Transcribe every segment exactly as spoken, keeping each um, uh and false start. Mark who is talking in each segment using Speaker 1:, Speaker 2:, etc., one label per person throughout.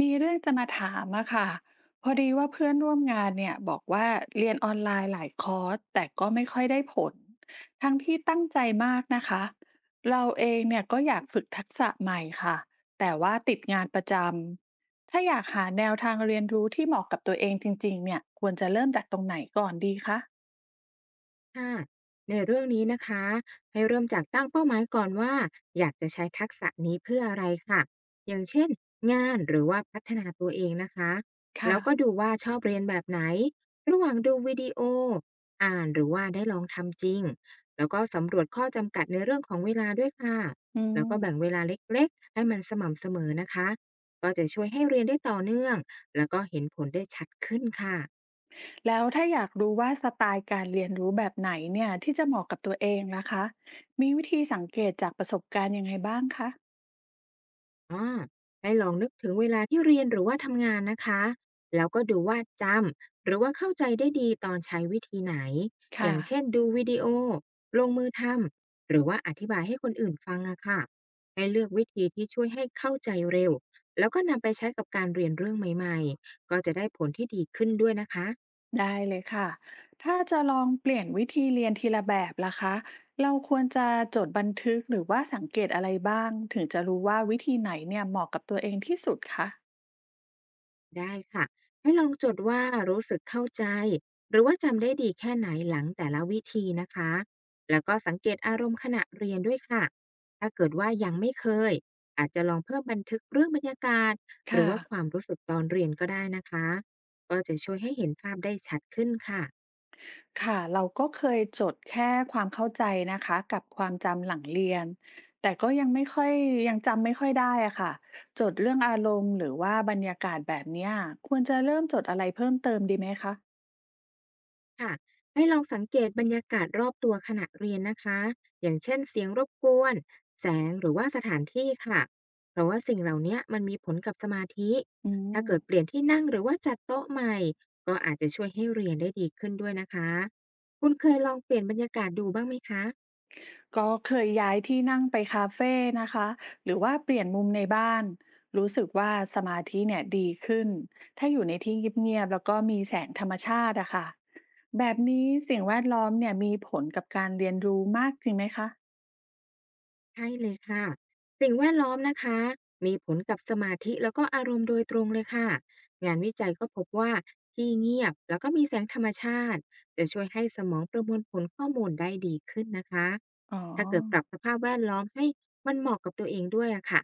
Speaker 1: มีเรื่องจะมาถามอะค่ะพอดีว่าเพื่อนร่วมงานเนี่ยบอกว่าเรียนออนไลน์หลายคอร์สแต่ก็ไม่ค่อยได้ผล ทั้งที่ตั้งใจมากนะคะ เราเองเนี่ยก็อยากฝึกทักษะใหม่ค่ะ แต่ว่าติดงานประจำ ถ้าอยากหาแนวทางเรียนรู้ที่เหมาะกับตัวเองจริงๆเนี่ยควรจะเริ่มจากตรงไหนก่อนดีคะ
Speaker 2: ค่ะในเรื่องนี้นะคะให้เริ่มจากตั้งเป้าหมายก่อนว่าอยากจะใช้ทักษะนี้เพื่ออะไรค่ะอย่างเช่นงานหรือว่าพัฒนาตัวเองนะคะ
Speaker 1: ค่ะ
Speaker 2: แล้วก็ดูว่าชอบเรียนแบบไหนระหว่างดูวิดีโออ่านหรือว่าได้ลองทำจริงแล้วก็สำรวจข้อจำกัดในเรื่องของเวลาด้วยค่ะ
Speaker 1: อื
Speaker 2: แล้วก็
Speaker 1: ม
Speaker 2: แบ่งเวลาเล็กๆให้มันสม่ำเสมอนะคะก็จะช่วยให้เรียนได้ต่อเนื่องแล้วก็เห็นผลได้ชัดขึ้นค่ะ
Speaker 1: แล้วถ้าอยากรู้ว่าสไตล์การเรียนรู้แบบไหนเนี่ยที่จะเหมาะกับตัวเองล่ะคะมีวิธีสังเกตจากประสบการณ์ยังไงบ้างคะ
Speaker 2: อาให้ลองนึกถึงเวลาที่เรียนหรือว่าทำงานนะคะ แล้วก็ดูว่าจำหรือว่าเข้าใจได้ดีตอนใช้วิธีไหน อ
Speaker 1: ค่ะ
Speaker 2: ย่างเช่นดูวิดีโอลงมือทำ หรือว่าอธิบายให้คนอื่นฟังอะค่ะให้เลือกวิธีที่ช่วยให้เข้าใจเร็ว แล้วก็นำไปใช้กับการเรียนเรื่องใหม่ๆก็จะได้ผลที่ดีขึ้นด้วยนะคะ
Speaker 1: ได้เลยค่ะถ้าจะลองเปลี่ยนวิธีเรียนทีละแบบล่ะคะเราควรจะจดบันทึกหรือว่าสังเกตอะไรบ้างถึงจะรู้ว่าวิธีไหนเนี่ยเหมาะกับตัวเองที่สุดคะ
Speaker 2: ได้ค่ะให้ลองจดว่ารู้สึกเข้าใจหรือว่าจำได้ดีแค่ไหนหลังแต่ละวิธีนะคะแล้วก็สังเกตอารมณ์ขณะเรียนด้วยค่ะถ้าเกิดว่ายังไม่เคยอาจจะลองเพิ่มบันทึกเรื่องบรรยากาศหรือ
Speaker 1: ค่ะ
Speaker 2: ว่าความรู้สึกตอนเรียนก็ได้นะคะก็จะช่วยให้เห็นภาพได้ชัดขึ้นค่ะ
Speaker 1: ค่ะเราก็เคยจดแค่ความเข้าใจนะคะกับความจำหลังเรียนแต่ก็ยังไม่ค่อยยังจำไม่ค่อยได้อะค่ะจดเรื่องอารมณ์หรือว่าบรรยากาศแบบเนี้ยควรจะเริ่มจดอะไรเพิ่มเติมดีไหมคะ
Speaker 2: ค่ะให้ลองสังเกตบรรยากาศรอบตัวขณะเรียนนะคะอย่างเช่นเสียงรบกวน แสงหรือว่าสถานที่ค่ะเพราะว่าสิ่งเหล่านี้มันมีผลกับสมาธิ
Speaker 1: อื
Speaker 2: ถ้า
Speaker 1: ม
Speaker 2: เกิดเปลี่ยนที่นั่งหรือว่าจัดโต๊ะใหม่ ก็อาจจะช่วยให้เรียนได้ดีขึ้นด้วยนะคะคุณเคยลองเปลี่ยนบรรยากาศดูบ้างไหมคะ
Speaker 1: ก็เคยย้ายที่นั่งไปคาเฟ่นะคะหรือว่าเปลี่ยนมุมในบ้านรู้สึกว่าสมาธิเนี่ยดีขึ้นถ้าอยู่ในที่เงียบๆแล้วก็มีแสงธรรมชาติอะค่ะแบบนี้สิ่งแวดล้อมเนี่ยมีผลกับการเรียนรู้มากจริงไหมคะ
Speaker 2: ใช่เลยค่ะ สิ่งแวดล้อมนะคะมีผลกับสมาธิแล้วก็อารมณ์โดยตรงเลยค่ะงานวิจัยก็พบว่าที่เงียบแล้วก็มีแสงธรรมชาติจะช่วยให้สมองประมวลผลข้อมูลได้ดีขึ้นนะคะ
Speaker 1: อ๋อ
Speaker 2: ถ้าเกิดปรับสภาพแวดล้อมให้มันเหมาะกับตัวเองด้วยอะค่ะ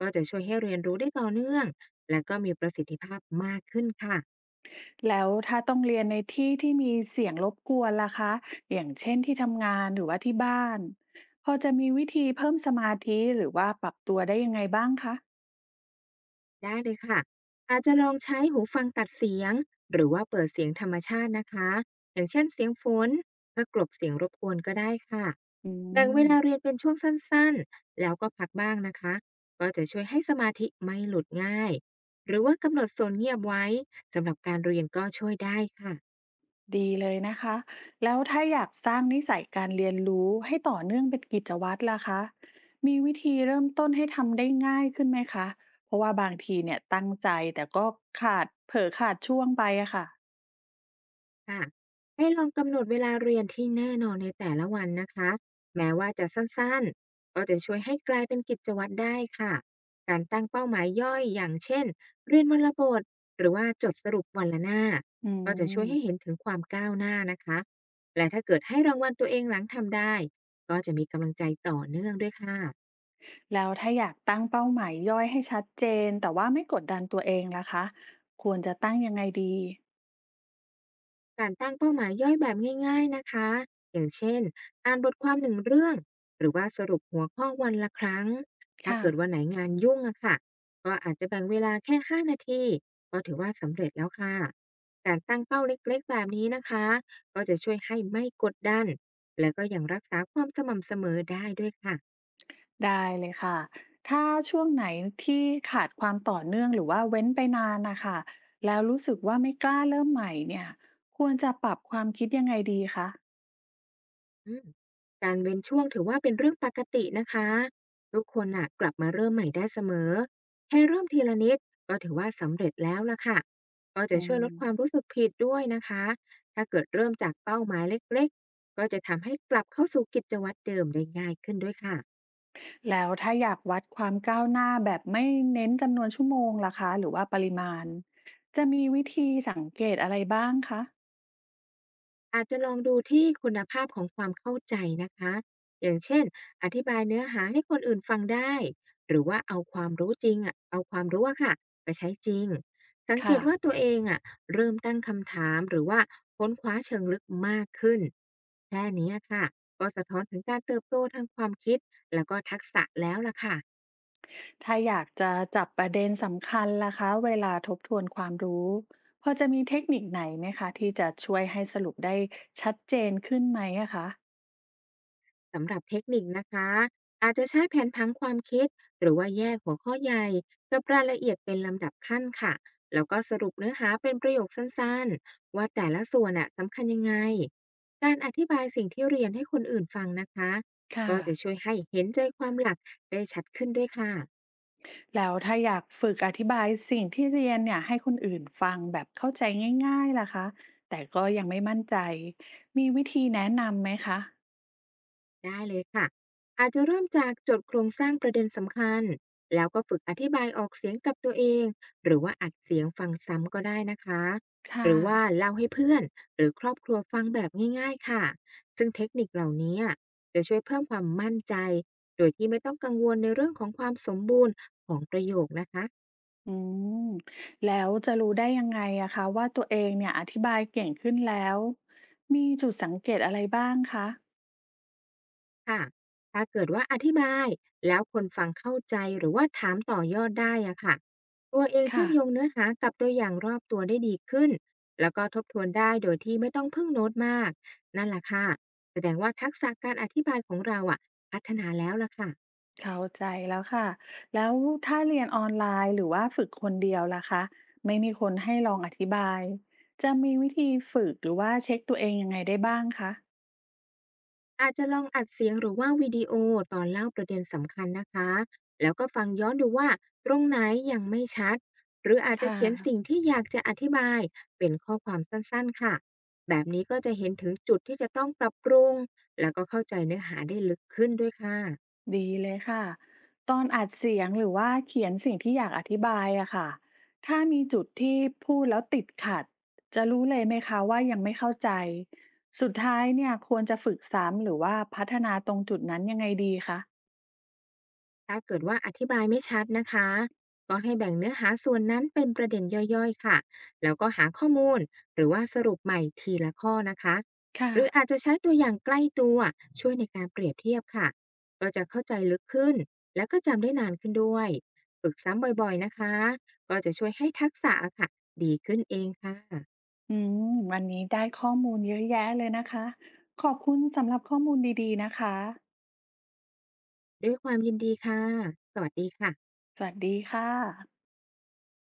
Speaker 2: ก็จะช่วยให้เรียนรู้ได้ต่อเนื่องและก็มีประสิทธิภาพมากขึ้นค่ะ
Speaker 1: แล้วถ้าต้องเรียนในที่ที่มีเสียงรบกวนล่ะคะอย่างเช่นที่ทำงานหรือว่าที่บ้านพอจะมีวิธีเพิ่มสมาธิหรือว่าปรับตัวได้ยังไงบ้างคะ
Speaker 2: ได้เลยค่ะอาจจะลองใช้หูฟังตัดเสียงหรือว่าเปิดเสียงธรรมชาตินะคะอย่างเช่นเสียงฝนเพื่อกลบเสียงรบกวนก็ได้ค่ะ
Speaker 1: อื
Speaker 2: แบ่งเวลา
Speaker 1: ม
Speaker 2: เรียนเป็นช่วงสั้นๆแล้วก็พักบ้างนะคะก็จะช่วยให้สมาธิไม่หลุดง่ายหรือว่ากำหนดโซนเงียบไว้สำหรับการเรียนก็ช่วยได้ค่ะ
Speaker 1: ดีเลยนะคะ แล้วถ้าอยากสร้างนิสัยการเรียนรู้ให้ต่อเนื่องเป็นกิจวัตรล่ะคะมีวิธีเริ่มต้นให้ทำได้ง่ายขึ้นไหมคะ เพราะว่าบางทีเนี่ยตั้งใจแต่ก็ขาดเผลอขาดช่วงไปอะค่ะ
Speaker 2: ค่ะให้ลองกำหนดเวลาเรียนที่แน่นอนในแต่ละวันนะคะแม้ว่าจะสั้นๆก็จะช่วยให้กลายเป็นกิจวัตรได้ค่ะการตั้งเป้าหมายย่อยอย่างเช่นเรียนวันละบทหรือว่าจดสรุปวันละหน้า
Speaker 1: อื
Speaker 2: ก็จะช่วยให้เห็
Speaker 1: ม
Speaker 2: นถึงความก้าวหน้านะคะและถ้าเกิดให้รางวัลตัวเองหลังทำได้ก็จะมีกำลังใจต่อเนื่องด้วยค่ะ
Speaker 1: แล้วถ้าอยากตั้งเป้าหมายย่อยให้ชัดเจนแต่ว่าไม่กดดันตัวเองล่ะคะควรจะตั้งยังไงดี
Speaker 2: การตั้งเป้าหมายย่อยแบบง่ายๆนะคะ อย่างเช่นอ่านบทความหนึ่งเรื่อง หรือว่าสรุปหัวข้อวันละครั้ง ถ้า
Speaker 1: ค่ะ
Speaker 2: เกิดวันไหนงานยุ่งอะค่ะก็อาจจะแบ่งเวลาแค่5นาที ก็ถือว่าสำเร็จแล้วค่ะ การตั้งเป้าเล็กๆแบบนี้นะคะก็จะช่วยให้ไม่กดดัน และก็ยังรักษาความสม่ำเสมอได้ด้วยค่ะ
Speaker 1: ได้เลยค่ะถ้าช่วงไหนที่ขาดความต่อเนื่องหรือว่าเว้นไปนานนะคะแล้วรู้สึกว่าไม่กล้าเริ่มใหม่เนี่ยควรจะปรับความคิดยังไงดีคะ
Speaker 2: อืมการเว้นช่วงถือว่าเป็นเรื่องปกตินะคะทุกคนน่ะกลับมาเริ่มใหม่ได้เสมอแค่เริ่มทีละนิดก็ถือว่าสำเร็จแล้วล่ะค่ะก็จะ
Speaker 1: อื
Speaker 2: ช่วย
Speaker 1: ม
Speaker 2: ลดความรู้สึกผิดด้วยนะคะถ้าเกิดเริ่มจากเป้าหมายเล็กๆก็จะทำให้กลับเข้าสู่กิจวัตรเดิมได้ง่ายขึ้นด้วยค่ะ
Speaker 1: แล้วถ้าอยากวัดความก้าวหน้าแบบไม่เน้นจำนวนชั่วโมงล่ะคะหรือว่าปริมาณจะมีวิธีสังเกตอะไรบ้างคะ
Speaker 2: อาจจะลองดูที่คุณภาพของความเข้าใจนะคะอย่างเช่น อธิบายเนื้อหาให้คนอื่นฟังได้ หรือว่าเอาความรู้จริงอะเอาความรู้อะค่ะไปใช้จริง สังเก
Speaker 1: ค่ะ
Speaker 2: ตว่าตัวเองอะเริ่มตั้งคำถามหรือว่าค้นคว้าเชิงลึกมากขึ้น แค่นี้ค่ะก็สะท้อนถึงการเติบโตทางความคิดแล้วก็ทักษะแล้วล่ะค่ะ
Speaker 1: ถ้าอยากจะจับประเด็นสำคัญล่ะคะเวลาทบทวนความรู้พอจะมีเทคนิคไหนไหมคะที่จะช่วยให้สรุปได้ชัดเจนขึ้นไหมอะคะ
Speaker 2: สำหรับเทคนิคนะคะอาจจะใช้แผนพังความคิดหรือว่าแยกหัวข้อใหญ่กับรายละเอียดเป็นลำดับขั้นค่ะแล้วก็สรุปเนื้อหาเป็นประโยคสั้นๆว่าแต่ละส่วนอะสำคัญยังไงการอธิบายสิ่งที่เรียนให้คนอื่นฟังนะคะ
Speaker 1: ค่ะ
Speaker 2: ก็จะช่วยให้เห็นใจความหลักได้ชัดขึ้นด้วยค่ะ
Speaker 1: แล้วถ้าอยากฝึกอธิบายสิ่งที่เรียนเนี่ยให้คนอื่นฟังแบบเข้าใจง่ายๆล่ะคะแต่ก็ยังไม่มั่นใจมีวิธีแนะนำไหมคะ
Speaker 2: ได้เลยค่ะอาจจะเริ่มจากจดโครงสร้างประเด็นสำคัญแล้วก็ฝึกอธิบายออกเสียงกับตัวเองหรือว่าอัดเสียงฟังซ้ำก็ได้นะคะห
Speaker 1: ค่ะ
Speaker 2: รือว่าเล่าให้เพื่อนหรือครอบครัวฟังแบบง่ายๆค่ะซึ่งเทคนิคเหล่านี้จะช่วยเพิ่มความมั่นใจโดยที่ไม่ต้องกังวลในเรื่องของความสมบูรณ์ของประโยคนะคะ
Speaker 1: อืมแล้วจะรู้ได้ยังไงอะคะว่าตัวเองเนี่ยอธิบายเก่งขึ้นแล้วมีจุดสังเกตอะไรบ้างคะ
Speaker 2: ค่ะถ้าเกิดว่าอธิบายแล้วคนฟังเข้าใจหรือว่าถามต่อยอดได้อะค่ะตัวเองเชื่
Speaker 1: ค่ะ
Speaker 2: อมโยงเนื้อหากับตัวอย่างรอบตัวได้ดีขึ้นแล้วก็ทบทวนได้โดยที่ไม่ต้องพึ่งโน้ตมากนั่นแหละค่ะแสดงว่าทักษะการอธิบายของเราอะพัฒนาแล้วล่ะค่ะ
Speaker 1: เข้าใจแล้วค่ะ แล้วถ้าเรียนออนไลน์หรือว่าฝึกคนเดียวล่ะคะไม่มีคนให้ลองอธิบายจะมีวิธีฝึกหรือว่าเช็คตัวเองยังไงได้บ้างคะ
Speaker 2: อาจจะลองอัดเสียงหรือว่าวิดีโอตอนเล่าประเด็นสำคัญนะคะ แล้วก็ฟังย้อนดูว่าตรงไหนยังไม่ชัด หรืออาจจะ
Speaker 1: ค่ะ
Speaker 2: เขียนสิ่งที่อยากจะอธิบายเป็นข้อความสั้นๆค่ะ แบบนี้ก็จะเห็นถึงจุดที่จะต้องปรับปรุง แล้วก็เข้าใจเนื้อหาได้ลึกขึ้นด้วยค่ะ
Speaker 1: ดีเลยค่ะตอนอัดเสียงหรือว่าเขียนสิ่งที่อยากอธิบายอะค่ะถ้ามีจุดที่พูดแล้วติดขัดจะรู้เลยไหมคะว่ายังไม่เข้าใจสุดท้ายเนี่ยควรจะฝึกซ้ำหรือว่าพัฒนาตรงจุดนั้นยังไงดีคะ
Speaker 2: ถ้าเกิดว่าอธิบายไม่ชัดนะคะก็ให้แบ่งเนื้อหาส่วนนั้นเป็นประเด็นย่อยๆค่ะแล้วก็หาข้อมูลหรือว่าสรุปใหม่ทีละข้อนะคะ
Speaker 1: ค่ะ
Speaker 2: หรืออาจจะใช้ตัวอย่างใกล้ตัวช่วยในการเปรียบเทียบค่ะก็จะเข้าใจลึกขึ้นแล้วก็จำได้นานขึ้นด้วยฝึกซ้ำบ่อยๆนะคะก็จะช่วยให้ทักษะค่ะดีขึ้นเองค่ะ
Speaker 1: อืมวันนี้ได้ข้อมูลเยอะแยะเลยนะคะขอบคุณสำหรับข้อมูลดีๆนะคะ
Speaker 2: ด้วยความยินดีค่ะสวัสดีค่ะ
Speaker 1: สวัสดีค่ะ